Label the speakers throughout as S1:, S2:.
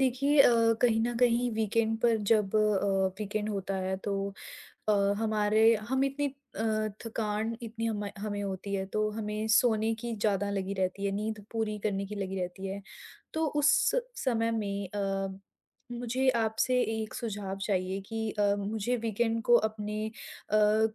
S1: देखिए कहीं न कहीं वीकेंड पर जब वीकेंड होता है तो अ, हमारे हम इतनी थकान इतनी हम हमें होती है तो हमें सोने की ज़्यादा लगी रहती है, नींद पूरी करने की लगी रहती है। तो उस समय में मुझे आपसे एक सुझाव चाहिए कि मुझे वीकेंड को अपने अ,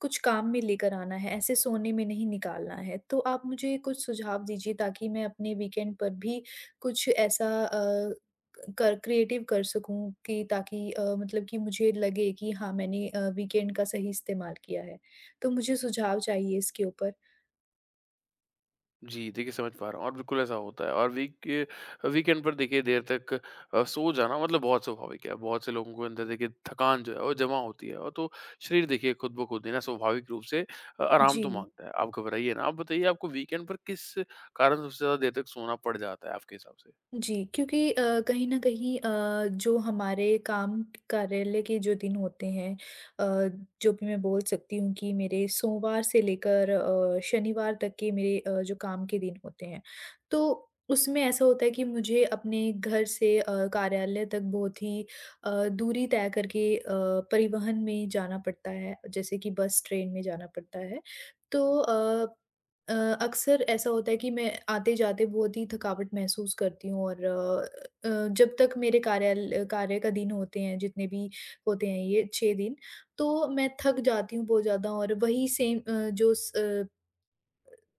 S1: कुछ काम में लेकर आना है, ऐसे सोने में नहीं निकालना है। तो आप मुझे कुछ सुझाव दीजिए ताकि मैं अपने वीकेंड पर भी कुछ ऐसा अ कर क्रिएटिव कर सकूँ कि ताकि मतलब कि मुझे लगे कि हाँ, मैंने वीकेंड का सही इस्तेमाल किया है। तो मुझे सुझाव चाहिए इसके ऊपर।
S2: जी, देखिए समझ पा रहा हूँ और बिल्कुल ऐसा होता है और वीकेंड पर देखिए देर तक सो जाना मतलब बहुत स्वाभाविक है। बहुत से लोगों के अंदर देखिए थकान जो है वो जमा होती है और तो शरीर देखिए खुद ब खुद ही ना स्वाभाविक रूप से आराम
S1: जी।
S2: तो माँगता है। आप घबराइए ना, आप बताइए आपको वीकेंड पर किस कारण सबसे ज़्यादा देर तक सोना पड़ जाता है आपके हिसाब से?
S1: जी, क्योंकि कहीं न कहीं जो हमारे काम कार्यालय के जो दिन होते हैं जो भी मैं बोल सकती हूँ कि मेरे सोमवार से लेकर शनिवार तक के मेरे जो काम के दिन होते हैं, तो उसमें ऐसा होता है कि मुझे अपने घर से कार्यालय तक बहुत ही दूरी तय करके परिवहन में जाना पड़ता है, जैसे कि बस, ट्रेन में जाना पड़ता है। तो अ, अक्सर ऐसा होता है कि मैं आते-जाते बहुत ही थकावट महसूस करती हूँ, और जब तक मेरे कार्य का दिन होते हैं, जितने भी होते हैं, ये 6 दिन, तो मैं थक जाती हूँ बहुत ज़्यादा। और वही सेम,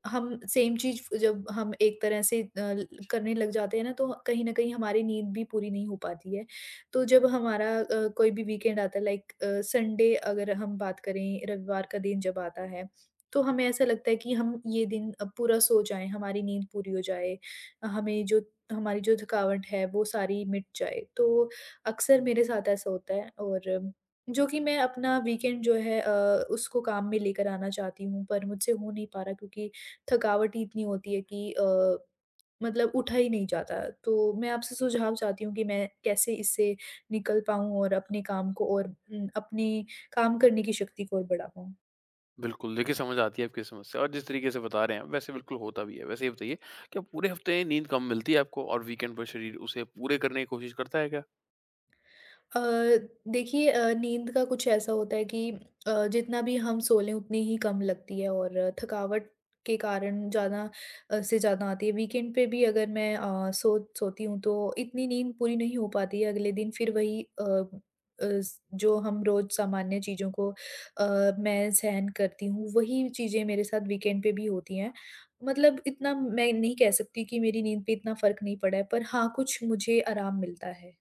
S1: हम सेम चीज़, फ जब हम एक तरह से अ, ल करने लग जाते हैं ना, तो कहीं न कहीं हमारी नींद भी पूरी नहीं हो पाती है। तो जब हमारा कोई भी वीकेंड आता है, लाइक संडे, अगर हम बात करें, रविवार का दिन जब आता है, तो हमें ऐसा लगता है कि हम ये दिन पूरा सो जाएँ, हमारी नींद पूरी हो जाए, हमें जो हमारी जो थकावट है, वो सारी मिट जाए। तो अक्सर मेरे साथ ऐसा होता है, और जो कि मैं अपना वीकेंड जो है उसको काम में लेकर आना चाहती हूँ, पर मुझसे हो नहीं पा रहा क्योंकि थकावट ही इतनी होती है कि मतलब उठा ही नहीं जाता। तो मैं आपसे सुझाव चाहती हूँ कि मैं कैसे इससे निकल पाऊँ और अपने काम को, और अपने काम करने की शक्ति को और बढ़ा पाऊँ?
S2: बिल्कुल, देखिए समझ आती है आपकी समस्या और जिस तरीके से बता रहे हैं वैसे बिल्कुल होता भी है। वैसे ये बताइए क्या पूरे हफ़्ते नींद कम मिलती है आपको और वीकेंड पर शरीर उसे पूरे करने की कोशिश करता है क्या?
S1: अ, देखिए, नींद का कुछ ऐसा होता है कि जितना भी हम सो लें उतनी ही कम लगती है, और थकावट के कारण ज़्यादा से ज़्यादा आती है। वीकेंड पे भी अगर मैं सोती हूँ तो इतनी नींद पूरी नहीं हो पाती है। अगले दिन फिर वही, अ अ, स जो हम रोज़ सामान्य चीज़ों को मैं सहन करती हूँ, वही चीज़ें मेरे साथ वीकेंड पे भी होती हैं। मतलब इतना मैं नहीं कह सकती कि मेरी नींद पे इतना फ़र्क नहीं पड़ा है, पर हाँ, कुछ मुझे आराम मिलता है।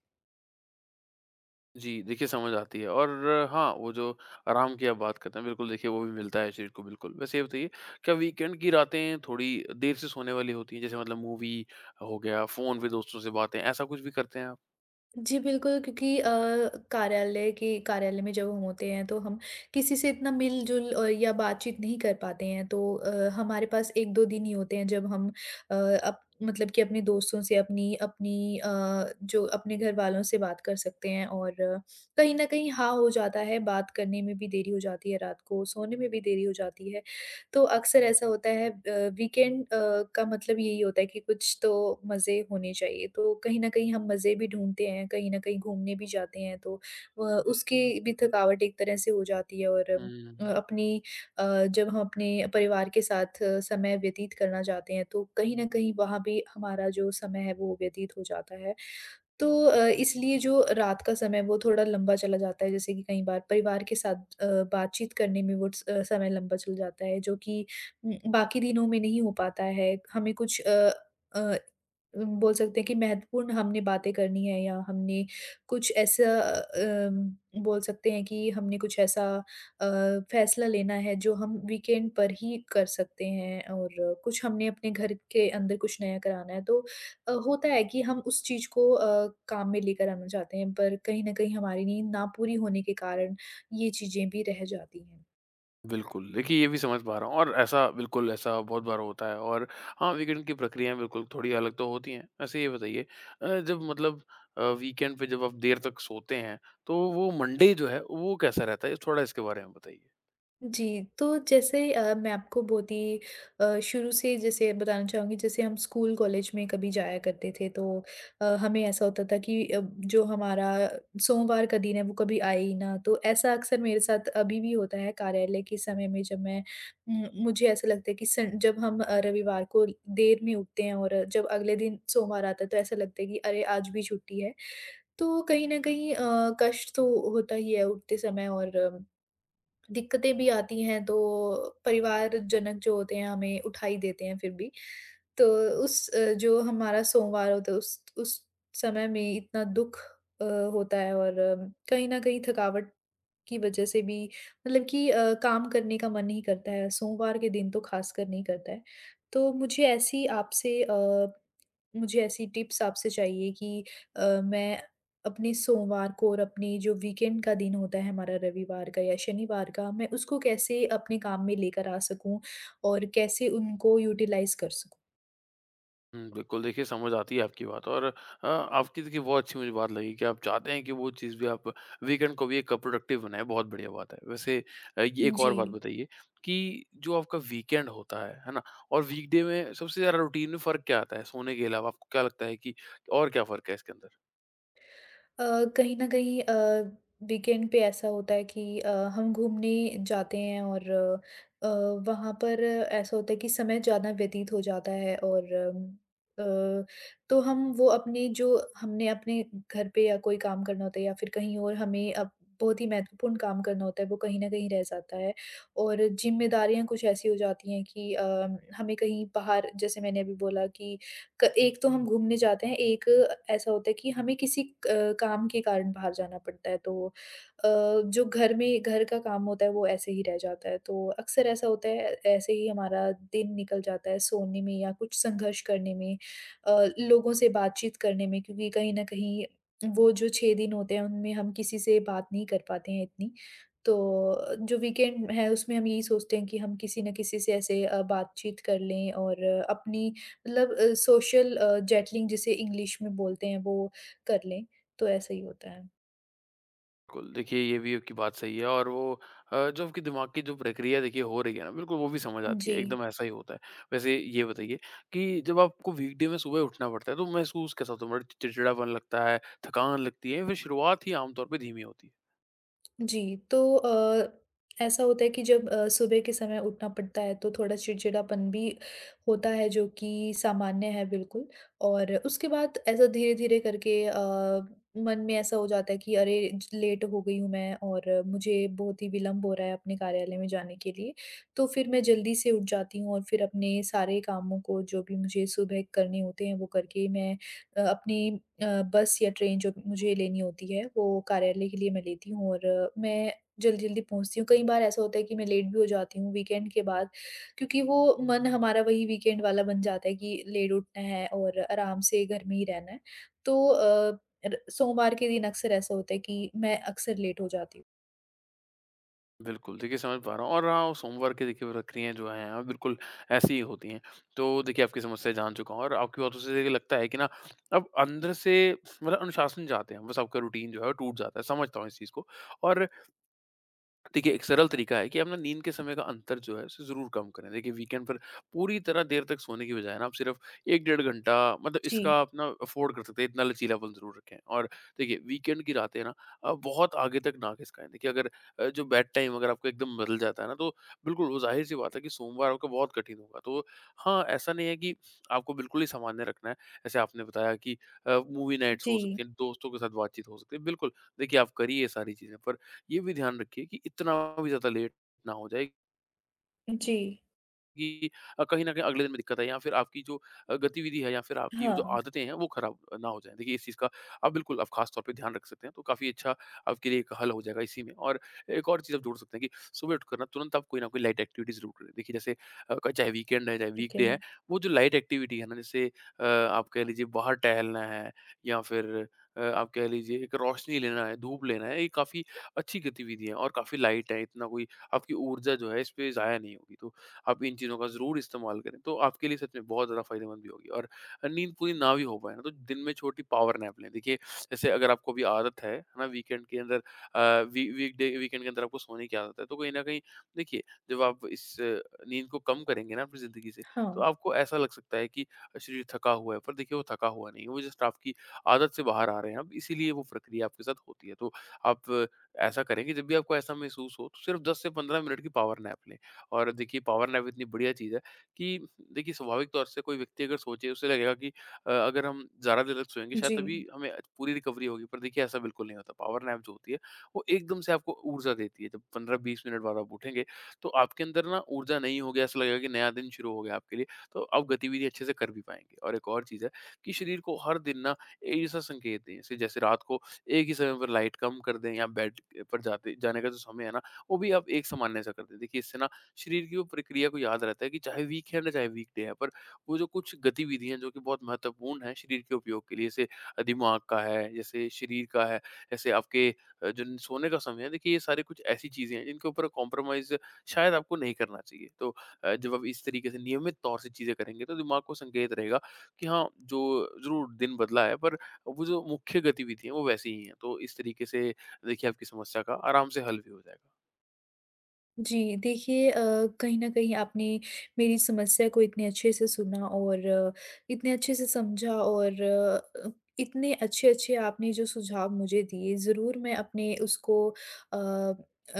S2: जी, देखिए समझ आती है और हाँ, वो जो आराम की आप बात करते हैं बिल्कुल देखिए वो भी मिलता है शरीर को बिल्कुल। वैसे ये बताइए क्या वीकेंड की रातें थोड़ी देर से सोने वाली होती हैं? जैसे मतलब मूवी हो गया, फ़ोन पे दोस्तों से बातें, ऐसा कुछ भी करते हैं आप?
S1: जी, बिल्कुल, क्योंकि कार्यालय में जब हम होते हैं तो हम किसी से इतना मिल-जुल या बातचीत नहीं कर पाते हैं, तो हमारे पास 1-2 दिन ही होते हैं जब हम अ, अप मतलब कि अपने दोस्तों से, अपनी अपनी जो अपने घरवालों से बात कर सकते हैं, और कहीं न कहीं हाँ हो जाता है, बात करने में भी देरी हो जाती है रात को, सोने में भी देरी हो जाती है। तो अक्सर ऐसा होता है, वीकेंड का मतलब यही होता है कि कुछ तो मज़े होने चाहिए, तो कहीं न कहीं हम मज़े भी ढूँढते हैं, कहीं न कहीं घूमने भी जाते हैं, तो उसकी भी थकावट एक तरह से हो जाती है, और
S2: हुँ,
S1: अपनी अ, जब हम अपने परिवार के साथ समय व्यतीत करना चाहते हैं, तो कहीं न कहीं वहाँ भी हमारा जो समय है वो व्यतीत हो जाता है। तो इसलिए जो रात का समय वो थोड़ा लंबा चला जाता है, जैसे कि कई बार परिवार के साथ अ, बातचीत करने में वो समय लंबा चल जाता है, जो कि बाकी दिनों में नहीं हो पाता है। हमें कुछ अ, बोल सकते हैं कि महत्वपूर्ण हमने बातें करनी है, या हमने कुछ ऐसा बोल सकते हैं कि हमने कुछ ऐसा अ, फैसला लेना है जो हम वीकेंड पर ही कर सकते हैं, और कुछ हमने अपने घर के अंदर कुछ नया कराना है, तो होता है कि हम उस चीज़ को काम में लेकर आना चाहते हैं, पर कहीं न कहीं हमारी नींद ना पूरी होने के कारण ये चीज़ें भी रह जाती हैं।
S2: बिल्कुल। देखिए ये भी समझ पा रहा हूँ और ऐसा बिल्कुल ऐसा बहुत बार होता है और हाँ, वीकेंड की प्रक्रियाएँ बिल्कुल थोड़ी अलग तो होती हैं। वैसे ये बताइए जब मतलब वीकेंड पे जब आप देर तक सोते हैं, तो वो मंडे जो है वो कैसा रहता है? थोड़ा इसके बारे में बताइए।
S1: जी, तो जैसे मैं आपको बहुत ही शुरू से जैसे बताना चाहूँगी, जैसे हम स्कूल कॉलेज में कभी जाया करते थे तो हमें ऐसा होता था कि जो हमारा सोमवार का दिन है वो कभी आए ही ना। तो ऐसा अक्सर मेरे साथ अभी भी होता है कार्यालय के समय में। मुझे ऐसा लगता है कि सन जब हम रविवार को देर में उठते हैं और जब अगले दिन सोमवार आता है तो ऐसा लगता है कि अरे, आज भी छुट्टी है। तो कहीं न कहीं कष्ट तो होता ही है उठते समय, और दिक्कतें भी आती हैं, तो परिवारजनक जो होते हैं हमें उठा ही देते हैं फिर भी। तो उस, जो हमारा सोमवार होता है, उस समय में इतना दुःख अ, होता है, और कहीं न कहीं थकावट की वज़ह से भी, मतलब कि काम करने का मन नहीं करता है, सोमवार के दिन तो ख़ासकर नहीं करता है। तो मुझे ऐसी आपसे अ मुझे ऐसी टिप्स आपसे चाहिए कि मैं अपने सोमवार को, और अपने जो वीकेंड का दिन होता है, हमारा रविवार का या शनिवार का, मैं उसको कैसे अपने काम में लेकर आ सकूँ और कैसे उनको यूटिलाइज़ कर सकूँ?
S2: हुँ, बिल्कुल देखिए समझ आती है आपकी बात और आपकी देखिए बहुत अच्छी मुझे बात लगी कि आप चाहते हैं कि वो चीज़ भी आप वीकेंड को भी एक प्रोडक्टिव बनाएँ, बहुत बढ़िया बात है। वैसे ये एक और
S1: जी।
S2: बात बताइए कि जो आपका वीकेंड होता है ना? और वीकडे में सबसे ज़्यादा रूटीन में फ़र्क क्या आता है सोने के अलावा? आपको क्या लगता है कि और क्या फ़र्क है इसके अंदर?
S1: अ, कहीं न कहीं वीकेंड पे ऐसा होता है कि हम घूमने जाते हैं, और अ, वहाँ पर ऐसा होता है कि समय ज़्यादा व्यतीत हो जाता है, और अ, तो हम वो अपने, जो हमने अपने घर पे या कोई काम करना होता है, या फिर कहीं और हमें अब बहुत ही महत्वपूर्ण काम करना होता है, वो कहीं न कहीं रह जाता है। और ज़िम्मेदारियाँ कुछ ऐसी हो जाती हैं कि हमें कहीं बाहर, जैसे मैंने अभी बोला कि क एक तो हम घूमने जाते हैं, एक ऐसा होता है कि हमें किसी क काम के कारण बाहर जाना पड़ता है। तो जो घर में, घर का काम होता है वो ऐसे ही रह जाता है। तो अक्सर ऐसा होता है, ऐसे ही हमारा दिन निकल जाता है सोने में, या कुछ संघर्ष करने में, लोगों से बातचीत करने में, क्योंकि कहीं न कहीं वो जो 6 दिन होते हैं उनमें हम किसी से बात नहीं कर पाते हैं इतनी। तो जो वीकेंड है उसमें हम यही सोचते हैं कि हम किसी न किसी से ऐसे बातचीत कर लें, और अपनी, मतलब सोशल जेटलिंग जिसे इंग्लिश में बोलते हैं वो कर लें, तो ऐसा ही होता है।
S2: बिल्कुल, देखिए ये भी आपकी बात सही है और वो जो आपके दिमाग की जो प्रक्रिया देखिए हो रही है ना बिल्कुल वो भी समझ आती है,
S1: जी।
S2: एकदम ऐसा ही होता है। वैसे ये बताइए कि जब आपको वीकडे में सुबह उठना पड़ता है तो महसूस कैसा होता है? मतलब चिड़चिड़ापन लगता है, थकान लगती है या फिर शुरुआत ही आम तौर पे धीमी होती है?
S1: जी, तो ऐसा होता है कि जब सुबह के समय उठना पड़ता है तो थोड़ा चिड़चिड़ापन भी होता है, जो कि सामान्य है बिल्कुल। और उसके बाद ऐसा धीरे-धीरे करके मन में ऐसा हो जाता है कि अरे, ज लेट हो गई हूँ मैं, और मुझे बहुत ही विलम्ब हो रहा है अपने कार्यालय में जाने के लिए। तो फिर मैं जल्दी से उठ जाती हूँ, और फिर अपने सारे कामों को जो भी मुझे सुबह करने होते हैं वो करके मैं अपनी बस या ट्रेन जो मुझे लेनी होती है, वो कार्यालय के लिए मैं लेती हूँ, और मैं जल्दी-जल्दी पहुँचती हूँ। कई बार ऐसा होता है कि मैं लेट भी हो जाती हूँ वीकेंड के बाद, क्योंकि वो मन हमारा वही वीकेंड वाला बन जाता है कि लेट उठना है और आराम से घर में ही रहना है। तो अ, र सोमवार के दिन अक्सर ऐसा होता है कि मैं अक्सर लेट हो जाती हूँ।
S2: बिल्कुल, देखिए समझ पा रहा हूँ और हाँ, सोमवार की देखिए प्रक्रियाएँ जो हैं हाँ, बिल्कुल ऐसी ही होती हैं। तो देखिए आपकी समस्या जान चुका हूँ और आपकी बातों से देखिए लगता है कि ना अब अंदर से मतलब अनुशासन चाहते हैं, बस आपका रूटीन जो है वो टूट जाता है, समझता हूँ इस चीज़ को। और देखिए, एक सरल तरीका है कि अपना नींद के समय का अंतर जो है, उसे ज़रूर कम करें। देखिए, वीकेंड पर पूरी तरह देर तक सोने की बजाय ना आप सिर्फ़ 1 डेढ़ घंटा मतलब
S1: जी,
S2: इसका अपना अफ़ोर्ड कर सकते हैं, इतना लचीलापन ज़रूर रखें। और देखिए, वीकेंड की रातें ना बहुत आगे तक ना खिसकाएँ। देखिए, अगर जो बेड टाइम अगर आपका एकदम बदल जाता है ना, तो बिल्कुल वो ज़ाहिर-सी बात है कि सोमवार आपका बहुत कठिन होगा। तो हाँ, ऐसा नहीं है कि आपको बिल्कुल ही सामान्य रखना है। जैसे आपने बताया कि मूवी नाइट्स हो
S1: जी,
S2: सकती हैं, दोस्तों के साथ बातचीत हो सकती है। बिल्कुल, देखिए, आप करिए ये सारी चीज़ें पर ये भी ध्यान रखिए कि इतना भी ज़्यादा लेट ना हो जाए
S1: जी।
S2: कि कहीं न कहीं अगले दिन में दिक्कत आए या फिर आपकी जो गतिविधि है या फिर आपकी वो जो
S1: हाँ,
S2: आदतें हैं वो ख़राब ना हो जाएँ। देखिए इस चीज़ का आप बिल्कुल आप ख़ास तौर पे ध्यान रख सकते हैं, तो काफ़ी अच्छा आपके लिए एक हल हो जाएगा इसी में। और एक और चीज़ आप जोड़ सकते हैं कि सुबह उठकर ना तुरंत आप कोई ना कोई लाइट एक्टिविटी ज़रूर करें। देखिए जैसे अ, क चाहे वीकेंड है, चाहे
S1: ठीक है।
S2: वीकडे है, वो जो लाइट एक्टिविटी है ना जैसे आप कह लीजिए बाहर टहलना है या फिर आप कह लीजिए एक रोशनी लेना है, धूप लेना है, ये काफ़ी अच्छी गतिविधि है और काफ़ी लाइट है, इतना कोई आपकी ऊर्जा जो है इस पे ज़ाया नहीं होगी। तो आप इन चीज़ों का ज़रूर इस्तेमाल करें, तो आपके लिए सच में बहुत ज़्यादा फ़ायदेमंद भी होगी और नींद पूरी ना भी हो पाए ना, तो दिन में छोटी पावर नैप लें। देखिए, जैसे अगर आपको अभी आदत है ना, वीकेंड के अंदर अ, वी वीकडे वीकेंड के अंदर आपको सोने की आदत है, तो कहीं न कहीं देखिए, जब आप इस नींद को कम करेंगे ना अपनी ज़िंदगी से, तो
S1: हाँ,
S2: आपको ऐसा लग सकता है कि शरीर थका हुआ है, पर देखिए वो थका हुआ नहीं है, वो जस्ट आपकी आदत से बाहर आ रहे हैं आप, इसीलिए वो प्रक्रिया आपके साथ होती है। तो आप ऐसा करें कि जब भी आपको ऐसा महसूस हो, तो सिर्फ़ 10 से 15 मिनट की पावर नैप लें। और देखिए पावर नैप इतनी बढ़िया चीज़ है कि देखिए स्वाभाविक तौर से कोई व्यक्ति अगर सोचे उसे लगेगा कि अगर हम ज़्यादा देर तक सोएंगे शायद
S1: जी।
S2: तभी हमें पूरी रिकवरी होगी पर देखिए ऐसा बिल्कुल नहीं होता। पावर नैप जो होती है वो एकदम से आपको ऊर्जा देती है। जब 15-20 मिनट बाद आप उठेंगे तो आपके अंदर ना ऊर्जा नहीं होगी ऐसा लगेगा कि नया दिन शुरू हो गया आपके लिए। तो आप गतिविधि अच्छे से कर भी पाएंगे। और एक और चीज़ है कि शरीर को हर दिन ना एक जैसा संकेत दें। जैसे जैसे रात को एक ही समय पर लाइट कम कर दें या बेड पर जाते जाने का जो समय है ना वो भी आप एक सामान्य सा कर दें। देखिए इससे ना शरीर की वो प्रक्रिया को याद रहता है कि चाहे वीक है ना चाहे वीक डे है, पर वो जो कुछ गतिविधियां जो कि बहुत महत्वपूर्ण है शरीर के उपयोग के लिए, जैसे दिमाग का है, जैसे शरीर का है, जैसे आपके जो सोने का समय है, देखिए ये सारे कुछ ऐसी चीजें हैं जिनके ऊपर कॉम्प्रोमाइज शायद आपको नहीं करना चाहिए। तो जब आप इस तरीके से नियमित तौर से चीजें करेंगे तो दिमाग को संकेत रहेगा कि हाँ, जो जरूर दिन बदला है पर वो जो मुख्य गतिविधि है वो वैसी ही है। तो इस तरीके से देखिए आपकी समस्या का आराम से हल भी हो जाएगा।
S1: जी, देखिए, कहीं न कहीं आपने मेरी समस्या को इतने अच्छे से सुना, और इतने अच्छे से समझा, और इतने अच्छे-अच्छे आपने जो सुझाव मुझे दिए, ज़रूर मैं अपने उसको,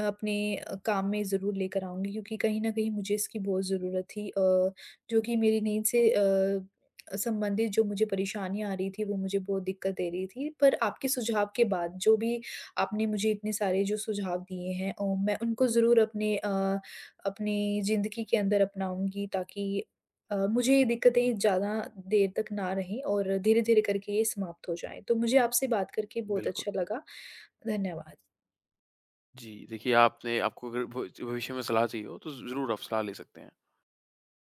S1: अपने काम में ज़रूर लेकर आऊँगी, क्योंकि कहीं न कहीं मुझे इसकी बहुत ज़रूरत थी, जो कि मेरी नींद से संबंधित जो मुझे परेशानियाँ आ रही थी, वो मुझे बहुत दिक्कत दे रही थी। पर आपके सुझाव के बाद जो भी आपने मुझे इतने सारे जो सुझाव दिए हैं, और मैं उनको ज़रूर अपनी ज़िंदगी के अंदर अपनाऊँगी, ताकि मुझे ये दिक्कतें ज़्यादा देर तक ना रहें, और धीरे-धीरे करके ये समाप्त हो जाएँ। तो मुझे आपसे बात करके बहुत
S2: बिल्कुल।
S1: अच्छा लगा। धन्यवाद।
S2: जी, देखिए आपने आपको अगर भ भविष्य में सलाह चाहिए हो तो ज़रूर आप सलाह ले सकते हैं।